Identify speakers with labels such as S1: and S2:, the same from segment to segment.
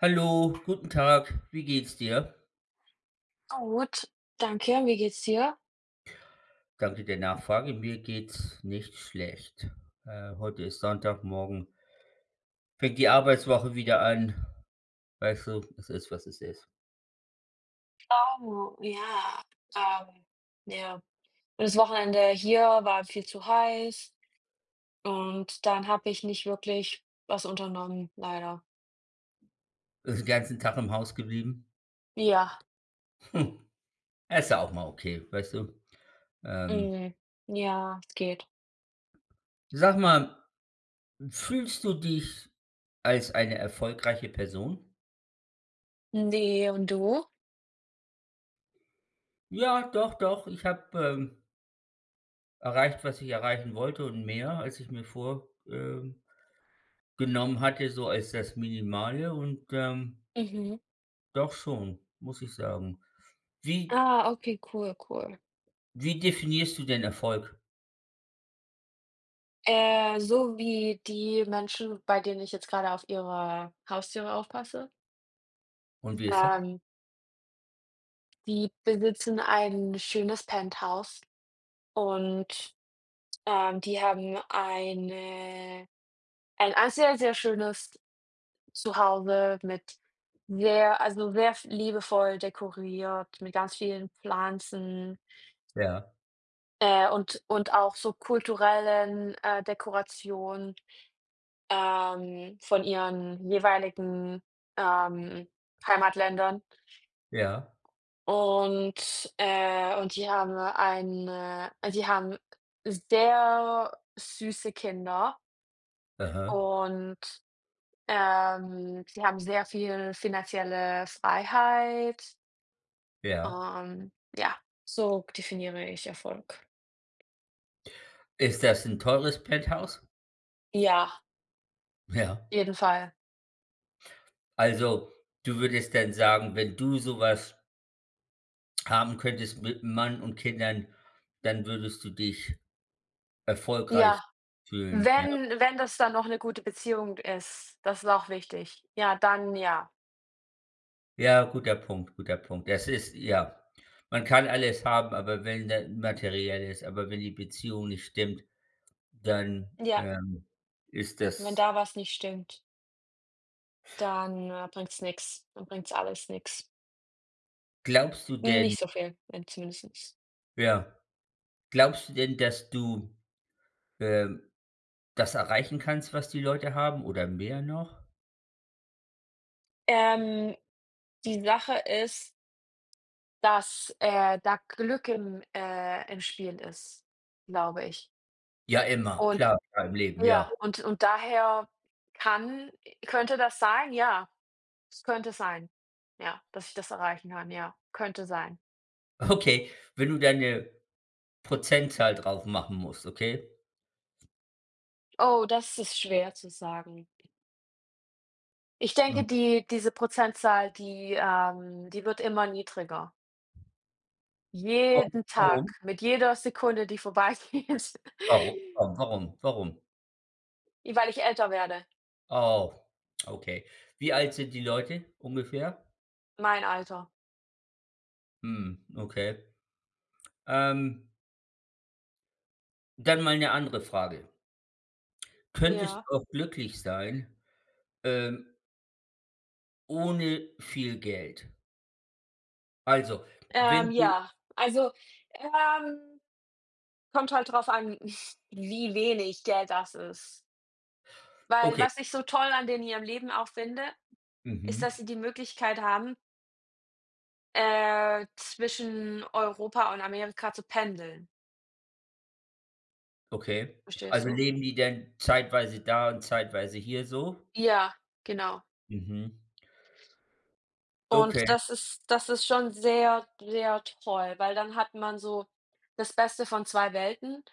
S1: Hallo, guten Tag. Wie geht's dir?
S2: Gut, danke. Wie geht's dir?
S1: Danke der Nachfrage. Mir geht's nicht schlecht. Heute ist Sonntag, morgen fängt die Arbeitswoche wieder an. Weißt du, es ist, was es ist.
S2: Oh, ja. Ähm, ja. Das Wochenende hier war viel zu heiß und dann habe ich nicht wirklich was unternommen, leider.
S1: Ist den ganzen Tag im Haus geblieben.
S2: Ja.
S1: Hm, ist ja auch mal okay, weißt du? Ähm,
S2: Mhm. Ja, es geht.
S1: Sag mal, fühlst du dich als eine erfolgreiche Person?
S2: Ne, und du?
S1: Ja, doch, doch. Ich habe erreicht, was ich erreichen wollte und mehr, als ich mir vor, genommen hatte, so als das Minimale und,
S2: Mhm.
S1: doch schon, muss ich sagen. Wie
S2: Ah, okay, cool, cool.
S1: wie definierst du denn Erfolg
S2: So wie die Menschen, bei denen ich jetzt gerade auf ihre Haustiere aufpasse,
S1: und wie ist das?
S2: ähm, die besitzen ein schönes Penthouse und die haben ein sehr, sehr schönes Zuhause mit sehr sehr f liebevoll dekoriert mit ganz vielen Pflanzen,
S1: Ja,
S2: und auch so kulturellen, Dekorationen, von ihren jeweiligen, ähm, Heimatländern.
S1: ja,
S2: Und die haben sehr süße Kinder
S1: aha,
S2: und sie haben sehr viel finanzielle Freiheit.
S1: ja.
S2: Ja. So definiere ich Erfolg.
S1: Ist das ein teures Penthouse?
S2: Ja,
S1: Ja.
S2: jeden Fall.
S1: Also, du würdest dann sagen, wenn du so was haben könntest mit Mann und Kindern, dann würdest du dich erfolgreich
S2: Ja,
S1: fühlen? Ja?
S2: wenn das dann noch eine gute Beziehung ist, das ist auch wichtig. Ja, dann ja.
S1: Ja, guter Punkt, guter Punkt. Das ist ja, man kann alles haben, aber wenn das materiell ist, aber wenn die Beziehung nicht stimmt, dann,
S2: Ja,
S1: ähm, ist
S2: wenn
S1: das
S2: da was nicht stimmt, dann, bringt's nix. Dann bringt's alles nix.
S1: glaubst du denn
S2: Nicht so viel, wenn zumindestens.
S1: ja, glaubst du denn, dass du, ähm, das erreichen kannst, was die Leute haben oder mehr noch?
S2: Ähm, die Sache ist, dass, da Glück im Spiel ist, glaube ich.
S1: Ja, immer,
S2: Und
S1: klar, ja, im Leben, ja.
S2: ja, und daher kann könnte das sein? Ja, es könnte sein. Ja, dass ich das erreichen kann, ja, könnte sein.
S1: Okay, wenn du da 'ne Prozentzahl drauf machen musst, okay?
S2: Oh, das ist schwer zu sagen. Ich
S1: Mhm.
S2: denke, diese Prozentzahl, die wird immer niedriger.
S1: Warum,
S2: Jeden Tag,
S1: warum,
S2: mit jeder Sekunde, die vorbeigeht,
S1: warum, warum, warum, warum?
S2: weil ich älter werde,
S1: Oh, okay. Wie alt sind die Leute ungefähr?
S2: mein Alter.
S1: Hm, okay. Ähm, Dann mal eine andere Frage. Könntest
S2: Ja,
S1: du auch glücklich sein, ähm, ohne viel Geld? Also, wenn du
S2: ja, also, ähm, kommt halt drauf an, wie wenig Geld das ist. Weil
S1: okay,
S2: was ich so toll an denen in ihrem Leben auch finde, ist, dass
S1: mhm,
S2: sie die Möglichkeit haben, zwischen Europa und Amerika zu pendeln.
S1: okay.
S2: Verstehst
S1: Also,
S2: du?
S1: leben die dann zeitweise da und zeitweise hier so?
S2: Ja, genau.
S1: Mhm. Okay.
S2: Und das ist schon sehr, sehr toll, weil dann hat man so das Beste von 2 Welten.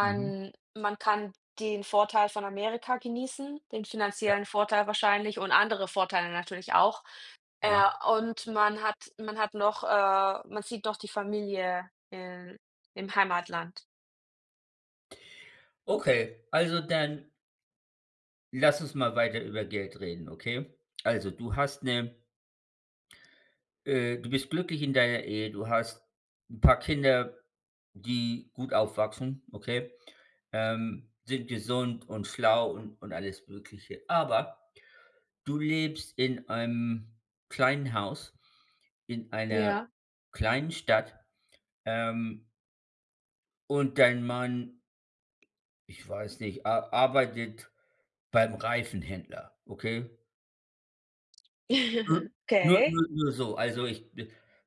S1: Mhm.
S2: Man kann den Vorteil von Amerika genießen, den
S1: Ja,
S2: finanziellen Vorteil wahrscheinlich und andere Vorteile natürlich auch.
S1: ja.
S2: Ja, und man hat noch, man sieht noch die Familie in im Heimatland.
S1: Okay, also dann lass uns mal weiter über Geld reden, okay? Also, du hast eine du bist glücklich in deiner Ehe, du hast ein paar Kinder, die gut aufwachsen, okay? Sind gesund und schlau und alles Mögliche. Aber du lebst in einem kleinen Haus, in einer
S2: Ja.
S1: kleinen Stadt, ähm, und dein Mann, ich weiß nicht, a arbeitet beim Reifenhändler, okay? Nur nur
S2: Okay.
S1: nur nur so, also ich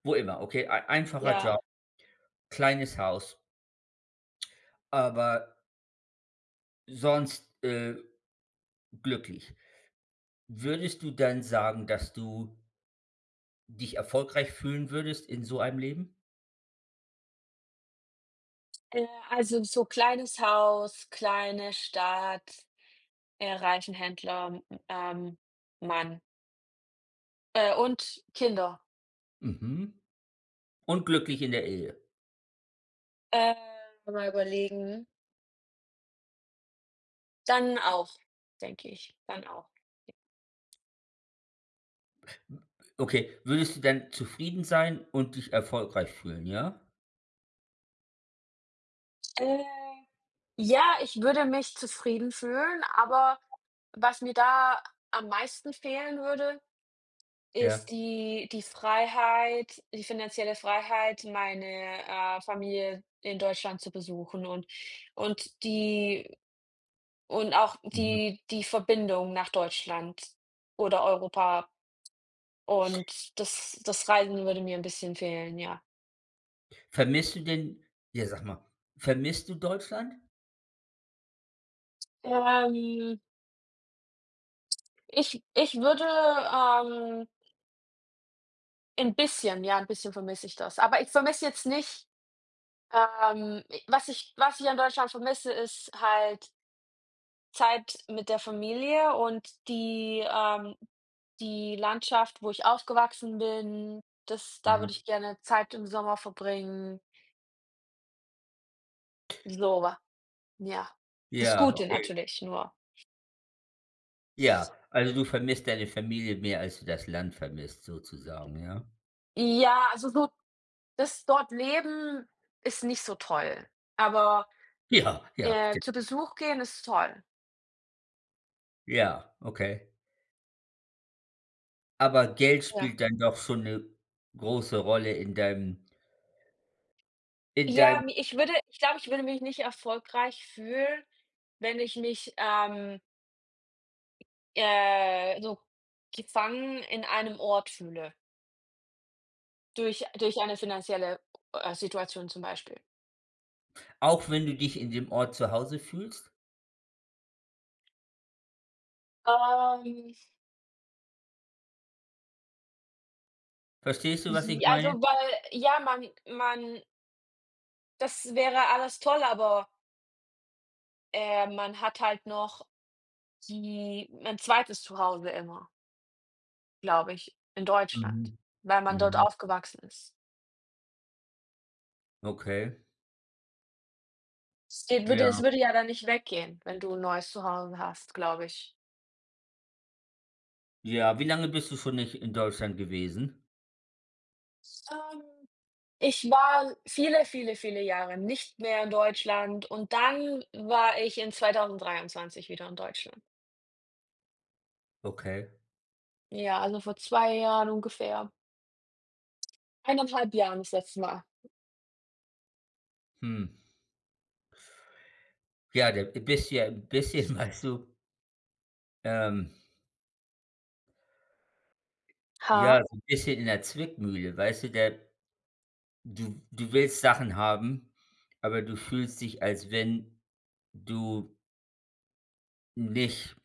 S1: wo immer, okay? Ei einfacher
S2: Ja.
S1: Job, kleines Haus, aber sonst, glücklich. Würdest du dann sagen, dass du dich erfolgreich fühlen würdest in so einem Leben?
S2: Also so kleines Haus, kleine Stadt, Reifenhändler, m ähm, Mann, und Kinder.
S1: Mhm. Und glücklich in der Ehe.
S2: Äh, mal überlegen. Dann auch, denke ich, dann auch.
S1: Okay, würdest du dann zufrieden sein und dich erfolgreich fühlen, ja?
S2: Äh, ja, ich würde mich zufrieden fühlen, aber was mir da am meisten fehlen würde
S1: Ja.
S2: ist die Freiheit die finanzielle Freiheit, meine, Familie in Deutschland zu besuchen und die und auch
S1: Mhm.
S2: die Verbindung nach Deutschland oder Europa und das Reisen würde mir ein bisschen fehlen, ja.
S1: Vermisst du denn ja, sag mal, vermisst du Deutschland?
S2: Ähm, ich würde, 'n bisschen ja, ein bisschen vermisse ich das. Aber ich vermisse jetzt nicht, i was ich an Deutschland vermisse, ist halt Zeit mit der Familie und die, die Landschaft, wo ich aufgewachsen bin, das da würde
S1: Ja.
S2: ich gerne Zeit im Sommer verbringen, so wa ja. Das
S1: Ja,
S2: Gute
S1: okay.
S2: natürlich nur.
S1: Ja, also du vermisst deine Familie mehr, als du das Land vermisst sozusagen, ja?
S2: Ja, also so das dort leben ist nicht so toll, aber,
S1: Ja, ja, stimmt.
S2: zu Besuch gehen ist toll.
S1: Ja, okay. Aber Geld
S2: Ja.
S1: spielt dann doch schon eine große Rolle in
S2: Ja,
S1: deinem
S2: mi ich würde ich würde mich nicht erfolgreich fühlen, wenn ich mich, so gefangen in einem Ort fühle, durch eine finanzielle, Situation zum Beispiel.
S1: auch wenn du dich in dem Ort zu Hause fühlst?
S2: Ähm,
S1: Verstehst du, was ich
S2: j also,
S1: meine?
S2: weil ja, man das wäre alles toll, aber, man hat halt noch die ein zweites Zuhause immer, glaube ich, in Deutschland,
S1: Mhm,
S2: weil man dort
S1: mhm,
S2: aufgewachsen ist.
S1: okay. Ja,
S2: Es würde ja dann nicht weggehen, wenn du 'n neues Zuhause hast, glaube ich.
S1: ja. Wie lange bist du schon nicht in Deutschland gewesen?
S2: Ähm Ich war viele, viele, viele Jahre nicht mehr in Deutschland und dann war ich in 2023 wieder in Deutschland.
S1: Okay,
S2: Ja, also vor 2 Jahren ungefähr. 1,5 Jahren das letzte Mal.
S1: hm. Ja, da bist du ja 'n bisschen weißt du, ähm, ja,
S2: Ha?
S1: so 'n bisschen in der Zwickmühle, weißt du, da du willst Sachen haben, aber du fühlst dich, als wenn du nicht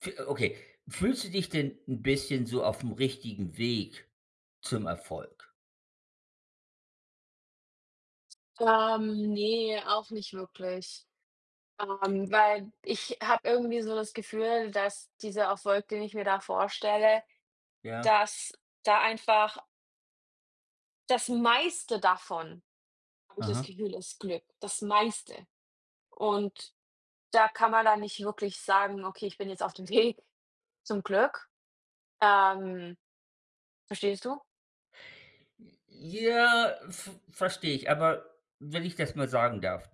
S1: f okay, fühlst du dich denn ein bisschen so auf dem richtigen Weg zum Erfolg?
S2: Ne, auch nicht wirklich. Weil ich habe irgendwie so das Gefühl, dass dieser Erfolg, den ich mir da vorstelle,
S1: Ja?
S2: dass da einfach das meiste davon, habe ich das
S1: Aha.
S2: Gefühl, ist Glück, das meiste. Und da kann man dann nicht wirklich sagen: „Okay, ich bin jetzt auf dem Weg“, zum Glück. Ähm, verstehst du?
S1: Ja, v verstehe ich, aber wenn ich das mal sagen darf,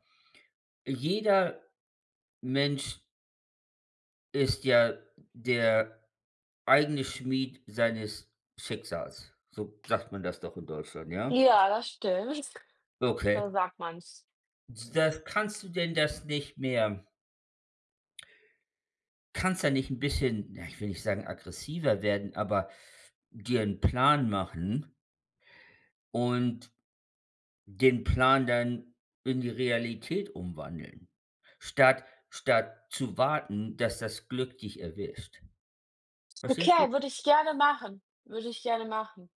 S1: jeder Mensch ist ja der eigene Schmied seines Schicksals. So sagt man das doch in Deutschland, ja?
S2: Ja, das stimmt. So
S1: Okay.
S2: sagt man's.
S1: Das kannst du denn das nicht mehr kannst ja nicht ein bisschen, ja, ich will nicht sagen aggressiver werden, aber dir einen Plan machen und den Plan dann in die Realität umwandeln, statt zu warten, dass das Glück dich erwischt. Verstehst du?
S2: Okay, würde ich gerne machen. Würde ich gerne machen.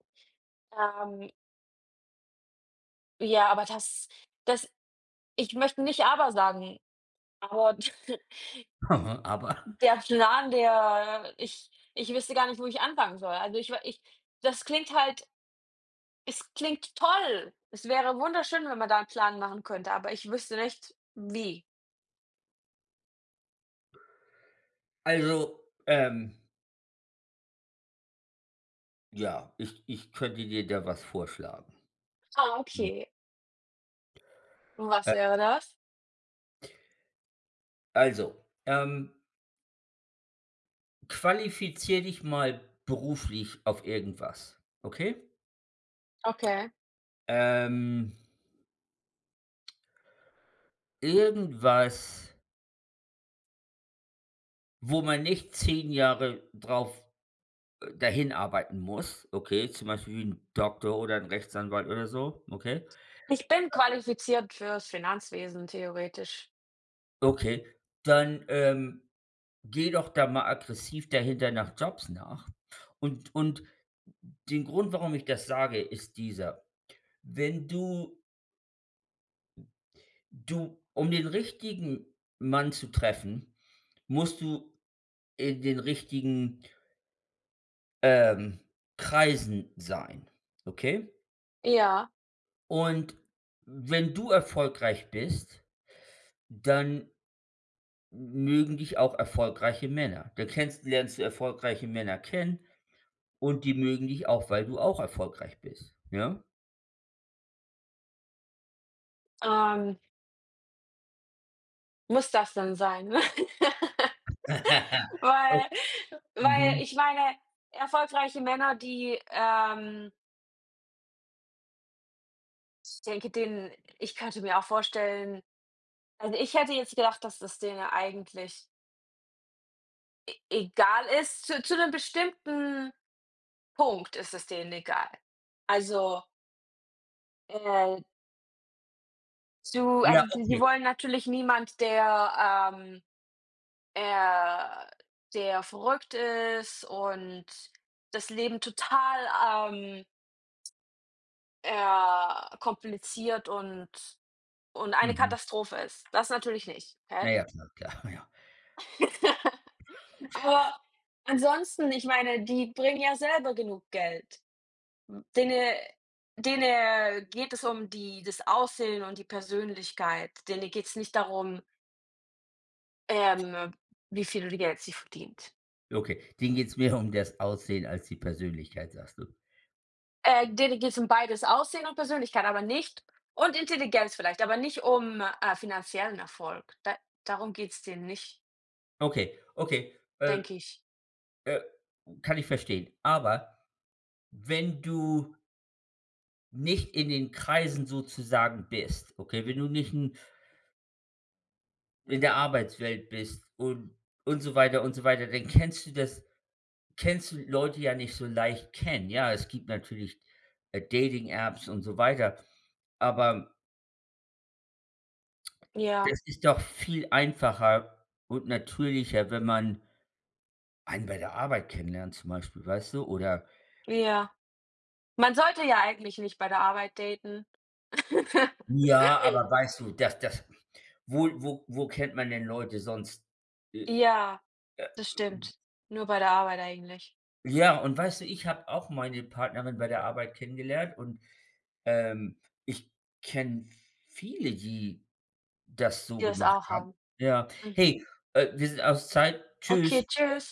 S2: Ähm, ja, aber das ich möchte nicht „aber“ sagen, aber
S1: Aber
S2: der Plan, der ich wüsste gar nicht, wo ich anfangen soll. Also, ich das klingt halt es klingt toll. Es wäre wunderschön, wenn man da einen Plan machen könnte, aber ich wüsste nicht wie.
S1: also, ja, ich könnte dir da was vorschlagen.
S2: Ah,
S1: Hm,
S2: okay. Und was
S1: äh,
S2: wäre das?
S1: also, qualifizier dich mal beruflich auf irgendwas, okay?
S2: Okay.
S1: Ähm Irgendwas, wo man nicht 10 Jahre drauf dahin arbeiten muss, okay, zum Beispiel wie 'n Doktor oder ein Rechtsanwalt oder so, okay?
S2: Ich bin qualifiziert fürs Finanzwesen theoretisch.
S1: Okay, dann, geh doch da mal aggressiv dahinter nach Jobs nach. Und den Grund, warum ich das sage, ist dieser: Wenn du um den richtigen Mann zu treffen, musst du in den richtigen, ähm, Kreisen sein, okay?
S2: Ja,
S1: Und wenn du erfolgreich bist, dann mögen dich auch erfolgreiche Männer. Dann kennst lernst du erfolgreiche Männer kennen und die mögen dich auch, weil du auch erfolgreich bist, ja?
S2: ähm, muss das denn sein?
S1: O
S2: Weil
S1: Mhm.
S2: ich meine, erfolgreiche Männer, ich denke, denen ich könnte mir auch vorstellen also, ich hätte jetzt gedacht, dass das denen eigentlich e egal ist. Zu 'nem bestimmten Punkt ist es denen egal. Also, äh,
S1: Ja,
S2: die
S1: okay.
S2: wollen natürlich niemand, der, er sehr verrückt ist und das Leben total, ja, kompliziert und eine
S1: Mhm.
S2: Katastrophe ist. Das natürlich nicht,
S1: Na
S2: okay?
S1: ja, klar, klar, ja.
S2: Aber ansonsten, ich meine, die bringen ja selber genug Geld. Denen geht es um die das Aussehen und die Persönlichkeit. Denen geht es nicht darum, ähm, wie viel Geld sie verdient.
S1: Okay, denen geht's mehr um das Aussehen als die Persönlichkeit, sagst du.
S2: Denen geht's um beides, Aussehen und Persönlichkeit, aber nicht und Intelligenz vielleicht, aber nicht um, finanziellen Erfolg. Da darum geht's denen nicht,
S1: Okay, okay,
S2: denke ich.
S1: äh, kann ich verstehen. Aber wenn du nicht in den Kreisen sozusagen bist, okay, wenn du nicht ein in der Arbeitswelt bist und so weiter und so weiter, dann kennst du Leute ja nicht so leicht kennen. Ja, es gibt natürlich, Dating-Apps und so weiter, aber
S2: Ja,
S1: das ist doch viel einfacher und natürlicher, wenn man einen bei der Arbeit kennenlernt zum Beispiel, weißt du? Oder
S2: ja. Man sollte ja eigentlich nicht bei der Arbeit daten.
S1: ja, aber weißt du, das wo kennt man denn Leute sonst? Äh
S2: Ja, das stimmt. Nur bei der Arbeit eigentlich,
S1: Ja, und weißt du, ich habe auch meine Partnerin bei der Arbeit kennengelernt und, ähm, ich kenne viele, die das so
S2: die das
S1: gemacht
S2: auch
S1: haben.
S2: haben.
S1: Ja.
S2: Mhm.
S1: Hey, wir sind aus Zeit.
S2: Okay,
S1: Tschüss.
S2: tschüss.